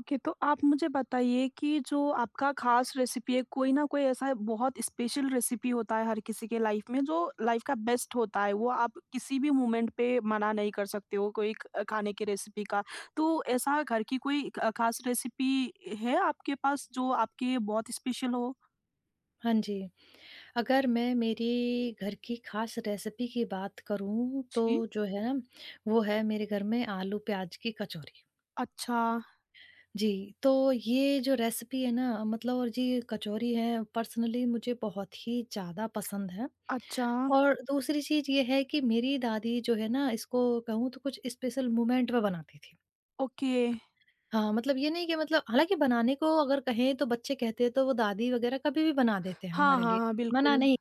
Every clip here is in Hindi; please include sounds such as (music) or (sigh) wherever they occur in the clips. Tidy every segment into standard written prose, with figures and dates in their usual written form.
ओके। तो आप मुझे बताइए कि जो आपका खास रेसिपी है, कोई ना कोई ऐसा बहुत स्पेशल रेसिपी होता है हर किसी के लाइफ में, जो लाइफ का बेस्ट होता है। वो आप किसी भी मोमेंट पे मना नहीं कर सकते हो, कोई खाने की रेसिपी का। तो ऐसा घर की कोई खास रेसिपी है आपके पास जो आपके बहुत स्पेशल हो? हाँ जी, अगर मैं मेरी घर की ख़ास रेसिपी की बात करूँ तो जी। जो है ना, वो है मेरे घर में आलू प्याज की कचौरी। अच्छा। जी, तो ये जो रेसिपी है ना मतलब और जी कचौरी है पर्सनली मुझे बहुत ही ज़्यादा पसंद है। अच्छा। और दूसरी चीज़ ये है कि मेरी दादी जो है ना इसको कहूँ तो कुछ स्पेशल मोमेंट पे बनाती थी। ओके। हाँ, मतलब ये नहीं कि मतलब हालाँकि बनाने को अगर कहें तो बच्चे कहते हैं तो वो दादी वग़ैरह कभी भी बना देते हैं हाँ, हमारे हाँ, लिए, हाँ, मना बिल्कुल। नहीं,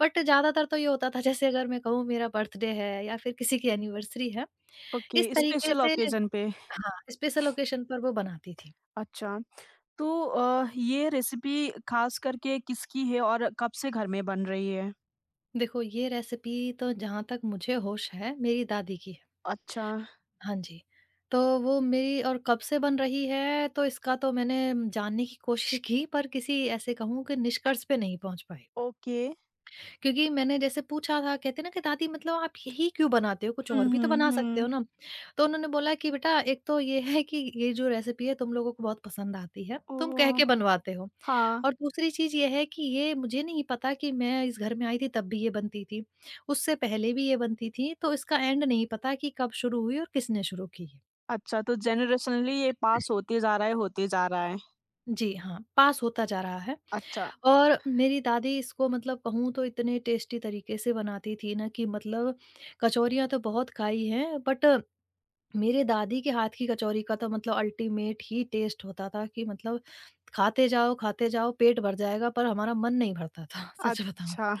बट ज़्यादातर तो ये होता था जैसे अगर मैं कहूँ मेरा बर्थडे है या फिर किसी की एनिवर्सरी है, इस ओके, तरीके स्पेशल से। ओकेजन पे। हाँ, स्पेशल ओकेशन पर वो बनाती थी। अच्छा, तो ये रेसिपी खास करके किसकी है और कब से घर में बन रही है? देखो, ये रेसिपी तो जहाँ तक मुझे होश है मेरी दादी की है। अच्छा। हाँ जी। तो वो मेरी, और कब से बन रही है तो इसका तो मैंने जानने की कोशिश की पर किसी ऐसे कहूँ कि निष्कर्ष पे नहीं पहुँच पाई। ओके। क्योंकि मैंने जैसे पूछा था कहते हैं ना कि दादी मतलब आप यही क्यों बनाते हो, कुछ हुँ, और भी तो हुँ, बना सकते हो हुँ। ना। तो उन्होंने बोला कि बेटा, एक तो ये है कि ये जो रेसिपी है तुम लोगों को बहुत पसंद आती है, तुम कह ओह! के बनवाते हो। हाँ। और दूसरी चीज ये है कि ये मुझे नहीं पता कि मैं इस घर में आई थी तब भी ये बनती थी, उससे पहले भी ये बनती थी, तो इसका एंड नहीं पता कि कब शुरू हुई और किसने शुरू की है। अच्छा, तो जनरेशनली ये पास (clears throat) होते जा रहा है, होते जा रहा है। जी हाँ, पास होता जा रहा है। अच्छा। और मेरी दादी इसको मतलब कहूँ तो इतने टेस्टी तरीके से बनाती थी ना कि मतलब कचौरियाँ तो बहुत खाई हैं, बट मेरे दादी के हाथ की कचौरी का तो मतलब अल्टीमेट ही टेस्ट होता था कि मतलब खाते जाओ पेट भर जाएगा पर हमारा मन नहीं भरता था। (laughs) सच बताऊँ। अच्छा।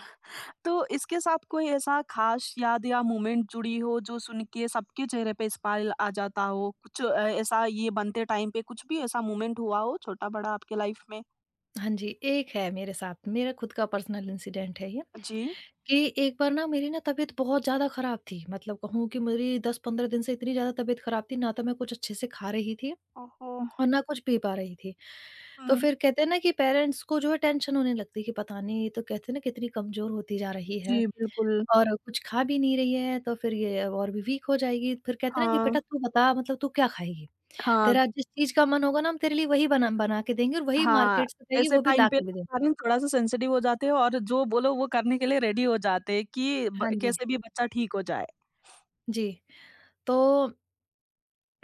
तो इसके साथ कोई ऐसा खास याद या मोमेंट जुड़ी हो जो सुन के सबके चेहरे पे स्माइल आ जाता हो? कुछ ऐसा ये बनते टाइम पे कुछ भी ऐसा मोमेंट हुआ हो छोटा-बड़ा आपके लाइफ में? हाँ जी, एक है मेरे साथ, मेरा खुद का पर्सनल इंसिडेंट है ये। जी। कि एक बार ना मेरी ना तबीयत बहुत ज़्यादा ख़राब थी, मतलब कहूँ कि मेरी 10-15 दिन से इतनी ज़्यादा तबीयत ख़राब थी ना, तो मैं कुछ अच्छे से खा रही थी ओहो! और ना कुछ पी पा रही थी। तो हुँ। फिर कहते हैं ना कि पेरेंट्स को जो है टेंशन होने लगती है कि पता नहीं, ये तो कहते हैं ना कितनी कमज़ोर होती जा रही है जी, बिल्कुल। और कुछ खा भी नहीं रही है, तो फिर ये और भी वीक हो जाएगी। फिर कहते हैं ना कि हाँ। बेटा, तू बता, मतलब तू क्या खाएगी? हाँ, तेरा जिस चीज़ का मन होगा ना हम तेरे लिए वही बना बना के देंगे, और वही हाँ। मार्केट से चाहिए ऐसे वो भी टाइम ला पे के भी ना देंगे। पेरेंट्स थोड़ा-सा सेंसिटिव हो जाते हैं और जो बोलो वो करने के लिए रेडी हो जाते हैं कि ब हाँ जी। कैसे भी बच्चा ठीक हो जाए। जी। तो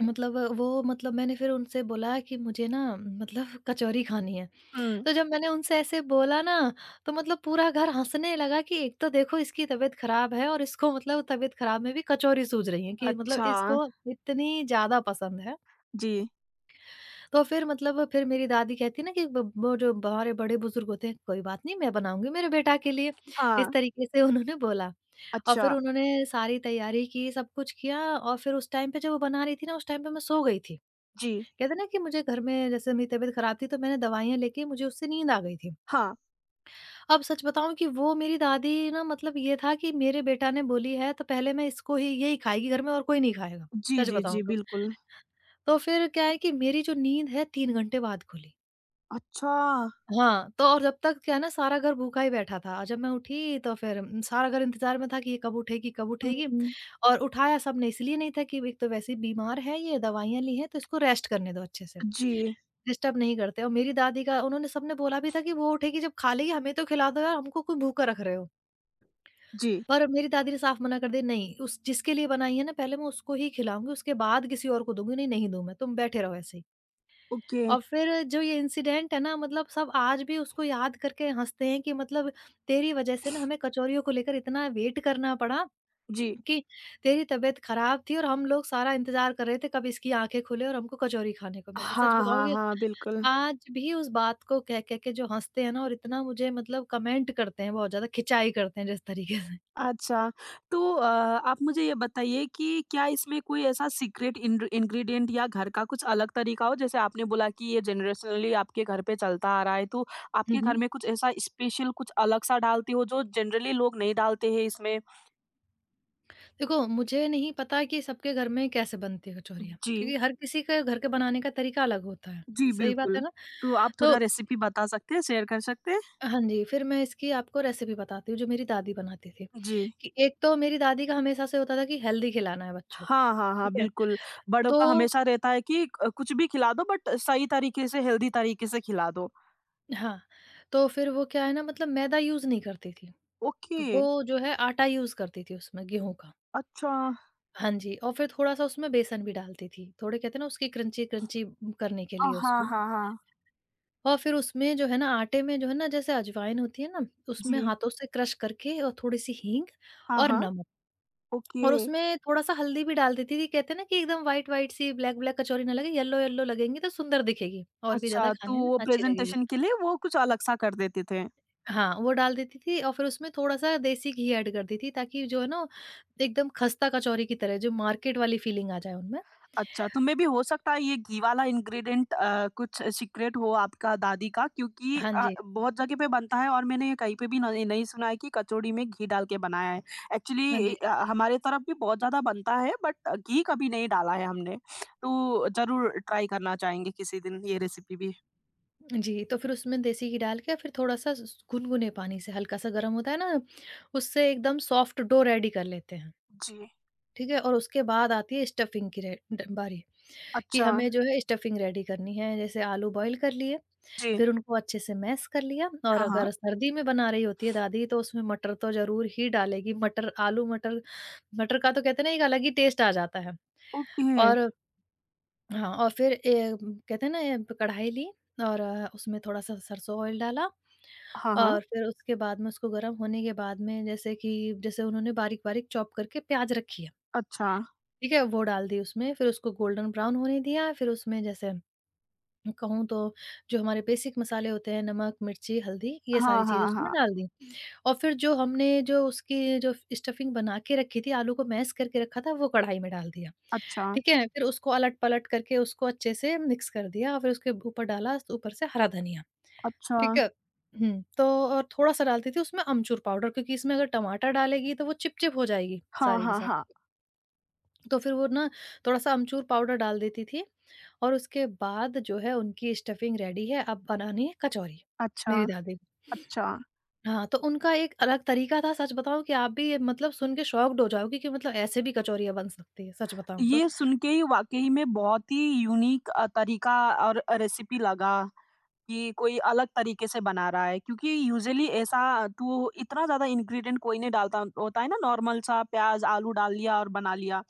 मतलब वो मतलब मैंने फिर उनसे बोला कि मुझे ना मतलब कचौरी खानी है। हुँ। तो जब मैंने उनसे ऐसे बोला ना, तो मतलब पूरा घर हँसने लगा कि एक तो देखो इसकी तबीयत ख़राब है और इसको मतलब तबीयत ख़राब में भी कचौरी सूझ रही है कि मतलब अच्छा। इसको इतनी ज़्यादा पसंद है। जी। तो फिर मतलब फिर मेरी दादी कहती है ना कि ब वो जो हमारे बड़े बुज़ुर्ग होते हैं, कोई बात नहीं, मैं बनाऊँगी मेरे बेटा के लिए, हाँ। इस तरीके से उन्होंने बोला। और फिर अच्छा। उन्होंने सारी तैयारी की, सब कुछ किया, और फिर उस टाइम पे जब वो बना रही थी ना, उस टाइम पे मैं सो गई थी। जी। कहते हैं ना कि मुझे घर में जैसे मेरी तबीयत ख़राब थी तो मैंने दवाइयाँ लेके मुझे उससे नींद आ गई थी। हाँ। अब सच बताऊँ कि वो मेरी दादी ना मतलब ये था कि मेरे बेटा ने बोली है तो पहले मैं इसको ही, यही खाएगी घर में और कोई नहीं खाएगा, जी, सच जी, बताऊँ जी, तो। बिल्कुल। तो फिर क्या है कि मेरी जो नींद है 3 घंटे बाद खुली। अच्छा। हाँ, तो और जब तक क्या है ना सारा घर भूखा ही बैठा था। जब मैं उठी तो फिर सारा घर इंतज़ार में था कि ये कब उठेगी, कब हुँ, उठेगी? हुँ। और उठाया सबने इसलिए नहीं था कि एक तो वैसे ही बीमार है ये, दवाइयाँ ली हैं तो इसको रेस्ट करने दो अच्छे से, जी, डिस्टर्ब नहीं करते। और मेरी दादी का उन्होंने सबने बोला भी था कि वो उठेगी जब खा लेगी, हमें तो खिला दो यार, हमको क्यों भूखा रख रहे हो? जी। पर मेरी दादी ने साफ मना कर दी, "नहीं, उस जिसके लिए बनाई है ना पहले मैं उसको ही खिलाऊँगी, उसके बाद किसी और को दूँगी, नहीं, नहीं दूँ मैं, तुम बैठे रहो ऐसे ही।" ओके। और फिर जो ये इंसिडेंट है ना मतलब सब आज भी उसको याद करके हँसते हैं कि मतलब तेरी वजह से ना हमें कचौरियों को लेकर इतना वेट करना पड़ा, जी। कि तेरी तबीयत खराब थी और हम लोग सारा इंतज़ार कर रहे थे कब इसकी आँखें खुले और हमको कचौरी खाने को मिले। सच हाँ, बताऊँ हाँ, कि हाँ, बिल्कुल। आज भी उस बात को कह कह के जो हँसते हैं ना, और इतना मुझे मतलब कमेंट करते हैं बहुत ज़्यादा, खिंचाई करते हैं जिस तरीके से। अच्छा, तो आप मुझे ये बताइए कि क्या इसमें कोई ऐसा सीक्रेट इन्ड इंग्रीडिएंट या घर का कुछ अलग तरीका हो? जैसे आपने बोला कि ये जनरेशनली आपके घर पे चलता आ रहा है, तो आपके घर में कुछ ऐसा स्पेशल कुछ अलग-सा डालती हो जो जनरली लोग नहीं डालते हैं इसमें? देखो, मुझे नहीं पता कि सबके घर में कैसे बनती है कचौरियाँ, जी। क्योंकि हर किसी के घर के बनाने का तरीका अलग होता है। जी, सही बात बिल्कुल। है ना? तो आप तो थोड़ा रेसिपी बता सकते हैं, शेयर कर सकते हैं? हाँ जी, फिर मैं इसकी आपको रेसिपी बताती हूँ जो मेरी दादी बनाती थी, जी। कि एक तो मेरी दादी का हमेशा से होता था कि हेल्दी खिलाना है बच्चों को, हाँ, हाँ, हाँ, ठीक है? बिल्कुल। बड़ों का तो हमेशा रहता है कि कुछ भी खिला दो बट सही तरीके से, हेल्दी तरीके से खिला दो। हाँ, तो फिर वो क्या है ना मतलब मैदा यूज़ नहीं करती थी। ओके। वो जो है आटा यूज़ करती थी उसमें गेहूँ का। अच्छा। हाँ जी, और फिर थोड़ा-सा उसमें बेसन भी डालती थी। थोड़े कहते हैं ना उसकी क्रंची-क्रंची करने के लिए हाँ, उसको। हाँ, हाँ। और फिर उसमें जो है ना आटे में जो है ना जैसे अजवाइन होती है ना, उसमें जी। हाथों से क्रश करके, और थोड़ी-सी हींग हाँ, और हाँ। नमक, और ओके। उसमें थोड़ा-सा हल्दी भी डाल देती थी। कहते हैं ना कि एकदम व्हाइट व्हाइट सी, ब्लैक ब्लैक कचौरी ना लगे, येलो येलो लगेंगी तो सुंदर दिखेगी और भी ज़्यादा अच्छा, तो खाने में वो अच्छी लगेगी। प्रेज़ेंटेशन के लिए वो कुछ अलग-सा कर देते थे। हाँ, वो डाल देती थी, और फिर उसमें थोड़ा-सा देसी घी ऐड कर देती थी ताकि जो है ना एकदम खस्ता कचौरी की तरह जो मार्केट वाली फीलिंग आ जाए उनमें। अच्छा, तो मे बी हो सकता है ये घी वाला इंग्रीडिएंट कुछ सीक्रेट हो आपका दादी का, क्योंकि हाँ जी, बहुत जगह पे बनता है और मैंने कहीं पे भी नहीं नहीं सुना है कि कचौड़ी में घी डाल के बनाया है। हाँ एक्चुअली जी। हमारे तरफ भी बहुत ज़्यादा बनता है बट घी कभी नहीं डाला है हमने। तो ज़रूर ट्राई करना चाहेंगे किसी दिन ये रेसिपी भी। जी, तो फिर उसमें देसी घी डाल के फिर थोड़ा-सा स गुनगुने पानी से, हल्का-सा गरम होता है ना, उससे एकदम सॉफ्ट डो रेडी कर लेते हैं, जी। ठीक है? और उसके बाद आती है स्टफिंग की रे ड बारी, कि अच्छा। हमें जो है स्टफिंग रेडी करनी है। जैसे आलू बॉयल कर लिए, जी। फिर उनको अच्छे से मैश कर लिया, और हाँ, हाँ। अगर सर्दी में बना रही होती है दादी तो उसमें मटर तो ज़रूर ही डालेगी। मटर आलू मटर मटर का तो कहते हैं ना एक अलग ही टेस्ट आ जाता है। ओके। और हाँ, और फिर कहते हैं ना, ये कढ़ाई ली, और उसमें थोड़ा-सा सरसों ऑयल डाला। हाँ, हाँ। और फिर उसके बाद में, उसको गर्म होने के बाद में, जैसे कि जैसे उन्होंने बारीक-बारीक चॉप करके प्याज़ रखी है, अच्छा। ठीक है? वो डाल दी उसमें, फिर उसको गोल्डन ब्राउन होने दिया, फिर उसमें जैसे कहूँ तो जो हमारे बेसिक मसाले होते हैं, नमक, मिर्ची, हल्दी, ये हाँ, सारी चीज़ें हाँ, उसमें हाँ। डाल दी। और फिर जो हमने जो उसकी जो स्टफिंग बना के रखी थी, आलू को मैश करके रखा था, वो कढ़ाई में डाल दिया। अच्छा। ठीक है? फिर उसको अलट-पलट करके, उसको अच्छे से मिक्स कर दिया, और फिर उसके ऊपर डाला, ऊपर से हरा धनिया, अच्छा। ठीक है? तो और थोड़ा-सा डालती थी उसमें अमचूर पाउडर, क्योंकि इसमें अगर टमाटर डालेगी तो वो चिपचिप हो जाएगी हाँ, सारी की हाँ, हाँ। सारी। तो फिर वो ना थोड़ा-सा अमचूर पाउडर डाल देती थी, और उसके बाद जो है उनकी स्टफिंग रेडी है, अब बनानी है कचौरी, अच्छा। मेरी दादी को। अच्छा। हाँ, तो उनका एक अलग तरीका था, सच बताऊँ कि आप भी ये मतलब सुन के शॉक्ड हो जाओगे कि मतलब ऐसे भी कचौरियाँ बन सकती है, सच बताऊँ तो। ये सुन के ही वाक़ई में बहुत ही यूनिक तरीका और रेसिपी लगा कि कोई अलग तरीके से बना रहा है, क्योंकि यूजुअली ऐसा तो इतना ज़्यादा इंग्रीडिएंट कोई नहीं डालता होता है ना, नॉर्मल सा प्याज़, आलू डाल लिया और बना लिया।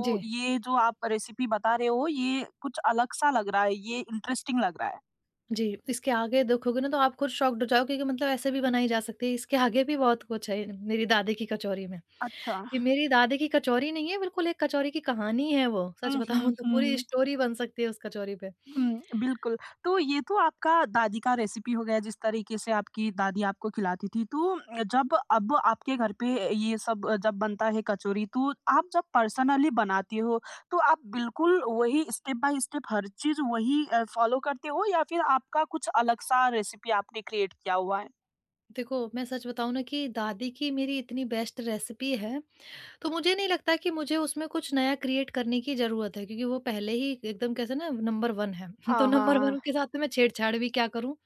जी, ये जो आप रेसिपी बता रहे हो ये कुछ अलग सा लग रहा है, ये इंटरेस्टिंग लग रहा है। जी, इसके आगे देखोगे ना तो आप खुद शॉक्ड हो जाओगे कि मतलब ऐसे भी बनाई जा सकती है, इसके आगे भी बहुत कुछ है मेरी दादी की कचौरी में। अच्छा। कि मेरी दादी की कचौरी नहीं है बिल्कुल, एक कचौरी की कहानी है वो, सच हुँ, हुँ, बताऊँ तो पूरी हुँ। स्टोरी बन सकती है उस कचौरी पे। हुँ, बिल्कुल। तो ये तो आपका दादी का रेसिपी हो गया जिस तरीके से आपकी दादी आपको खिलाती थी। तो जब अब आपके घर पे ये सब जब बनता है कचौरी, तो आप जब पर्सनली बनाती हो तो आप बिल्कुल वही स्टेप बाय स्टेप हर चीज़ वही फॉलो करते हो या फिर आपका कुछ अलग-सा रेसिपी आपने क्रिएट किया हुआ है? देखो, मैं सच बताऊँ ना कि दादी की मेरी इतनी बेस्ट रेसिपी है तो मुझे नहीं लगता कि मुझे उसमें कुछ नया क्रिएट करने की ज़रूरत है, क्योंकि वो पहले ही एकदम कैसे ना नंबर 1 है। (laughs) तो हाँ, हाँ, नंबर हाँ। 1 के साथ तो मैं छेड़छाड़ भी क्या करूँ?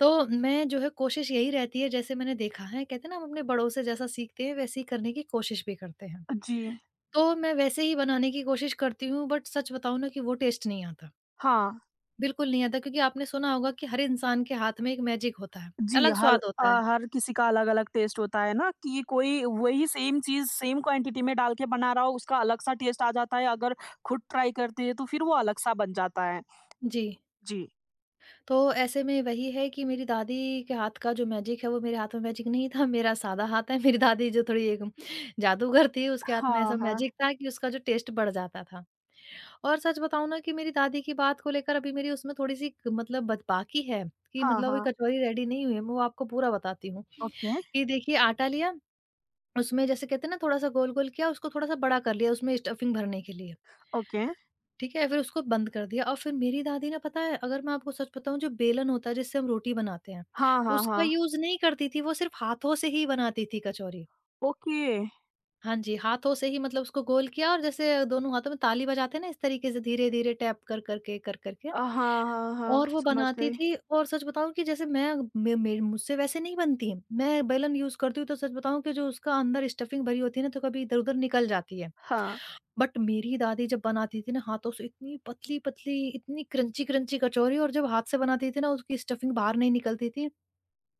तो मैं जो है कोशिश यही रहती है जैसे मैंने देखा है कहते हैं ना, हम अपने बड़ों से जैसा सीखते हैं वैसे ही करने की कोशिश भी करते हैं। जी, तो मैं वैसे ही बनाने की कोशिश करती हूँ, बट सच बताऊँ ना कि वो टेस्ट नहीं आता। हाँ। बिल्कुल नहीं आता, क्योंकि आपने सुना होगा कि हर इंसान के हाथ में एक मैजिक होता है, जी, अलग स्वाद होता है। हर किसी का अलग-अलग टेस्ट होता है ना, कि कोई वही सेम चीज़ सेम क्वांटिटी में डाल के बना रहा हो उसका अलग सा टेस्ट आ जाता है, अगर खुद ट्राई करते हैं तो फिर वो अलग सा बन जाता है। जी। जी। तो ऐसे में वही है कि मेरी दादी के हाथ का जो मैजिक है वो मेरे हाथ में मैजिक नहीं था, मेरा सादा हाथ है। मेरी दादी जो थोड़ी एक जादूगर थी, उसके हाथ में हाँ, ऐसा हाँ। मैजिक था कि उसका जो टेस्ट बढ़ जाता था। और सच बताऊँ ना कि मेरी दादी की बात को लेकर अभी मेरी उसमें थोड़ी-सी मतलब बत बाकी है कि हाँ, मतलब वो हाँ। कचौरी रेडी नहीं हुई है। मैं वो आपको पूरा बताती हूँ ओके। कि देखिए, आटा लिया, उसमें जैसे कहते हैं ना, थोड़ा-सा गोल-गोल किया, उसको थोड़ा-सा बड़ा कर लिया उसमें स्टफिंग भरने के लिए। ओके। ठीक है? फिर उसको बंद कर दिया, और फिर मेरी दादी ना, पता है अगर मैं आपको सच बताऊँ, जो बेलन होता है जिससे हम रोटी बनाते हैं, हाँ, हाँ, उसका हाँ। यूज़ नहीं करती थी। वो सिर्फ़ हाथों से ही बनाती थी कचौरी। ओके। हाँ जी, हाथों से ही मतलब उसको गोल किया, और जैसे दोनों हाथों में ताली बजाते हैं ना, इस तरीके से धीरे-धीरे टैप कर करके, हाँ, हाँ, और हाँ, वो समझ बनाती गई। थी। और सच बताऊँ कि जैसे मैं मे मे मुझसे वैसे नहीं बनती, है, मैं बेलन यूज़ करती हूँ, तो सच बताऊँ कि जो उसका अंदर स्टफिंग भरी होती है ना, तो कभी इधर-उधर निकल जाती है। हाँ। बट मेरी दादी जब बनाती थी ना हाथों से, इतनी पतली-पतली, इतनी क्रंची-क्रंची कचौरी, और जब हाथ से बनाती थी ना, उसकी स्टफिंग बाहर नहीं निकलती थी।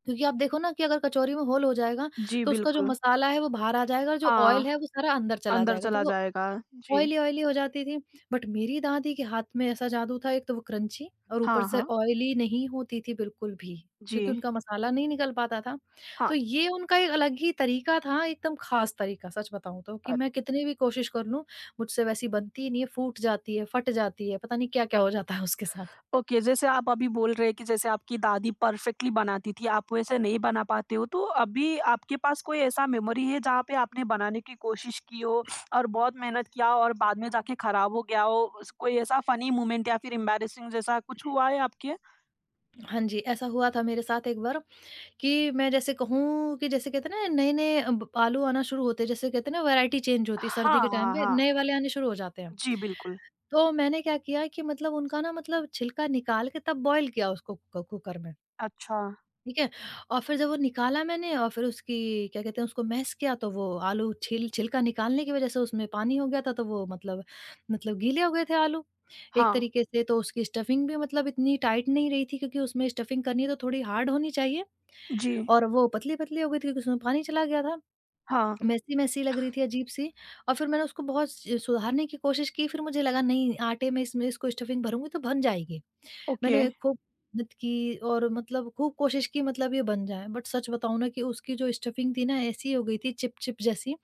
क्योंकि आप देखो ना कि अगर कचौरी में होल हो जाएगा, जी, तो उसका जो बिल्कुल। मसाला है वो बाहर आ जाएगा, और जो हाँ, ऑयल है वो सारा अंदर चला अंदर जाएगा। तो चला वो जाएगा। जी। ऑयली-ऑयली हो जाती थी। बट मेरी दादी के हाथ में ऐसा जादू था, एक तो वो क्रंची, और ऊपर हाँ, से हाँ। ऑयली नहीं होती थी बिल्कुल भी, जी। क्योंकि उनका मसाला नहीं निकल पाता था। हाँ। तो ये उनका एक अलग ही तरीका था, एकदम ख़ास तरीका। सच बताऊँ तो कि अ मैं कितनी भी कोशिश कर लूँ, मुझसे वैसी बनती ही नहीं है, फूट जाती है, फट जाती है, पता नहीं क्या-क्या हो जाता है उसके साथ। ओके, जैसे आप अभी बोल रहे हैं कि जैसे आपकी दादी परफेक्टली बनाती थी, आप वैसे नहीं बना पाते हो, तो अभी आपके पास कोई ऐसा मेमोरी है जहाँ पे आपने बनाने की कोशिश की हो और बहुत मेहनत किया हो और बाद में जाके खराब हो गया हो? उस कोई ऐसा फनी मोमेंट या फिर एम्बैरेसिंग जैसा कुछ हुआ है आपके? हाँ जी, ऐसा हुआ था मेरे साथ एक बार, कि मैं जैसे कहूँ कि जैसे कहते हैं ना, नए-नए अब आलू आना शुरू होते हैं, जैसे कहते हैं ना वैराइटी चेंज होती है, सर्दी के हाँ, टाइम हाँ, पे हाँ। नए वाले आने शुरू हो जाते हैं। जी, बिल्कुल। तो मैंने क्या किया कि मतलब उनका ना, मतलब छिलका निकाल के, तब बॉईल किया उसको कुकर में, अच्छा। ठीक है? और फिर जब वो निकाला मैंने, और फिर उसकी क्या कहते हैं, उसको मैश किया, तो वो आलू छिलका निकालने की वज़ह से उसमें पानी हो गया था, तो वो मतलब गीले हो गए थे आलू, एक हाँ। तरीके से। तो उसकी स्टफिंग भी मतलब इतनी टाइट नहीं रही थी, क्योंकि उसमें स्टफिंग करनी है तो थोड़ी हार्ड होनी चाहिए, जी, और वो पतली-पतली हो गई थी क्योंकि उसमें पानी चला गया था। हाँ। मैसी-मैसी लग रही थी, अजीब-सी। और फिर मैंने उसको बहुत स सुधारने की कोशिश की, फिर मुझे लगा, नहीं आटे में, इसमें इसको स्टफिंग भरूँगी तो बन जाएगी। ओके। मैंने खूब मेहनत की और मतलब खूब कोशिश की मतलब ये बन जाए, बट सच बताऊँ ना कि उसकी जो स्टफिंग थी ना, ऐसी हो गई थी चिप-चिप जैसी,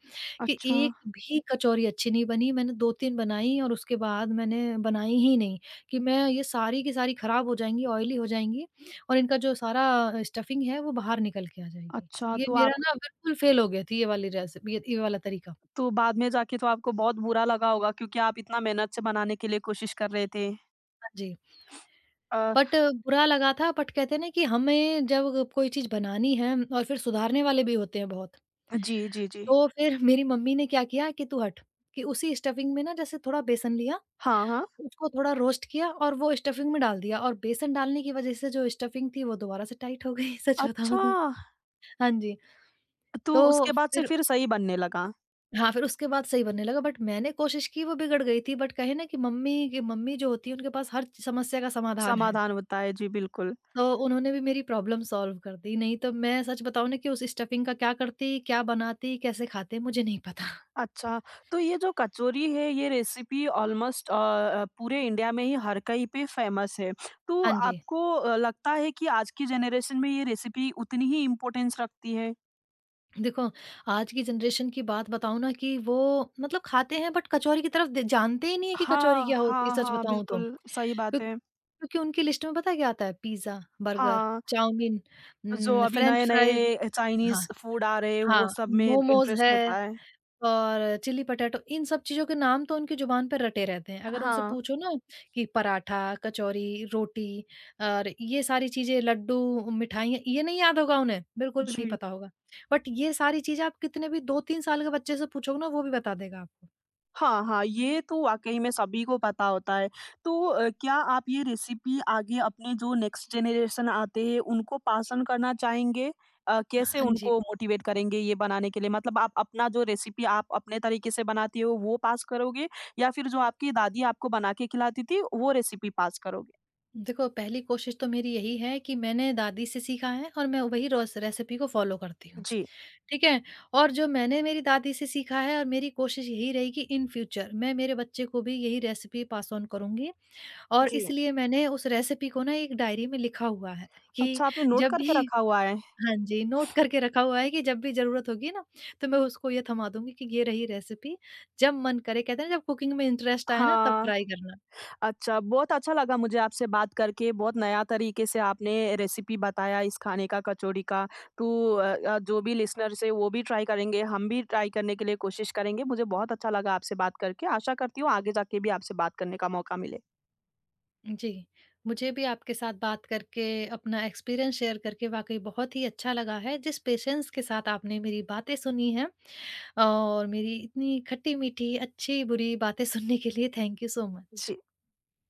कि अच्छा। एक भी कचौरी अच्छी नहीं बनी। मैंने 2-3 बनाई, और उसके बाद मैंने बनाई ही नहीं, कि मैं ये सारी की सारी खराब हो जाएँगी, ऑयली हो जाएँगी, और इनका जो सारा स्टफिंग है वो बाहर निकल के आ जाएगी। अच्छा। ये तो मेरा आप। ना बिल्कुल फ़ेल हो गया थी, ये वाली रेसिपी, ये वाला तरीका। तो बाद में जाके तो आपको बहुत बुरा लगा होगा क्योंकि आप इतना मेहनत से बनाने के लिए कोशिश कर रहे थे। हाँ जी, अ, बट बुरा लगा था, बट कहते हैं ना कि हमें जब कोई चीज़ बनानी है, और फिर सुधारने वाले भी होते हैं बहुत। जी, जी, जी। तो फिर मेरी मम्मी ने क्या किया कि तू हट, कि उसी स्टफिंग में ना, जैसे थोड़ा बेसन लिया, हाँ, हाँ। उसको थोड़ा रोस्ट किया, और वो स्टफिंग में डाल दिया, और बेसन डालने की वज़ह से जो स्टफिंग थी वो दोबारा से टाइट हो गई (laughs) सच बताऊँ अच्छा, तो। हाँ जी, तो तो उसके बाद से फिर फिर सही बनने लगा। हाँ, फिर उसके बाद सही बनने लगा। बट मैंने कोशिश की वो बिगड़ गई थी, बट कहे ना कि मम्मी की, मम्मी जो होती है उनके पास हर समस्या का समाधान है। समाधान होता है, जी बिल्कुल। तो उन्होंने भी मेरी प्रॉब्लम सॉल्व कर दी, नहीं तो मैं सच बताऊँ ना कि उस स्टफिंग का क्या करती, क्या बनाती, कैसे खाते, मुझे नहीं पता। अच्छा, तो ये जो कचौरी है, ये रेसिपी ऑलमोस्ट पूरे इंडिया में ही हर कहीं पे फ़ेमस है। तो हाँ जी। आपको लगता है कि आज की जनरेशन में ये रेसिपी उतनी ही इम्पोर्टेंस रखती है? देखो, आज की जनरेशन की बात बताऊँ ना कि वो मतलब खाते हैं बट कचौरी की तरफ दे जानते ही नहीं है कि कचौरी हाँ, क्या होती है, हाँ, सच हाँ, बताऊँ तो। बिल्कुल, सही बात क्यों है। क्योंकि उनकी लिस्ट में पता है क्या आता है? पिज़्ज़ा, बर्गर, हाँ, चाउमीन, जो अभी फ्रेंच फ्राइज़। नए-नए हाँ, चाइनीज़ फूड आ रहे हैं, वो हाँ, सब में मोमोज़ इंटरेस्ट होता है। है। और चिली पटाटो, इन सब चीज़ों के नाम तो उनकी ज़ुबान पे रटे रहते हैं। अगर उनसे हाँ, पूछो ना कि पराठा, कचौरी, रोटी, और ये सारी चीज़ें, लड्डू, मिठाइयाँ, ये नहीं याद होगा उन्हें, बिल्कुल भी नहीं जी। पता होगा। बट ये सारी चीज़ें आप कितने भी 2-3 साल के बच्चे से पूछोगे ना, वो भी बता देगा आपको। हाँ, हाँ, ये तो वाक़ई में सभी को पता होता है। तो क्या आप ये रेसिपी आगे अपने जो नेक्स्ट जनरेशन आते हैं, उनको पास ऑन करना चाहेंगे? कैसे हाँ जी। उनको मोटिवेट करेंगे ये बनाने के लिए? मतलब आप अपना जो रेसिपी आप अपने तरीके से बनाती हो, वो पास करोगे या फिर जो आपकी दादी आपको बना के खिलाती थी, वो रेसिपी पास करोगे? देखो, पहली कोशिश तो मेरी यही है कि मैंने दादी से सीखा है, और मैं वही रोस रेसिपी को फ़ॉलो करती हूँ, जी। ठीक है? और जो मैंने मेरी दादी से सीखा है, और मेरी कोशिश यही रही कि इन फ्यूचर मैं मेरे बच्चे को भी यही रेसिपी पास ऑन करूँगी, और जी। इसलिए मैंने उस रेसिपी को ना एक डायरी में लिखा हुआ है कि अच्छा, आपने नोट जब करके भी रखा हुआ है। (laughs) हाँ जी, नोट करके रखा हुआ है कि जब भी ज़रूरत होगी ना, तो मैं उसको ये थमा दूँगी कि ये रही रेसिपी, जब मन करे, कहते हैं ना जब कुकिंग में इंटरेस्ट आए ना, तब हाँ। ट्राई करना। अच्छा, बहुत अच्छा लगा मुझे आपसे बात करके, बहुत नया तरीके से आपने रेसिपी बताया इस खाने का, कचौड़ी का। तो जो भी लिसनर्स हैं वो भी ट्राई करेंगे, हम भी ट्राई करने के लिए कोशिश करेंगे। मुझे बहुत अच्छा लगा आपसे बात करके, आशा करती हूँ आगे जाके भी आपसे बात करने का मौका मिले। जी, मुझे भी आपके साथ बात करके, अपना एक्सपीरियंस शेयर करके वाक़ई बहुत ही अच्छा लगा है। जिस पेशेंस के साथ आपने मेरी बातें सुनी हैं, और मेरी इतनी खट्टी-मीठी, अच्छी-बुरी बातें सुनने के लिए thank you so much. Ji.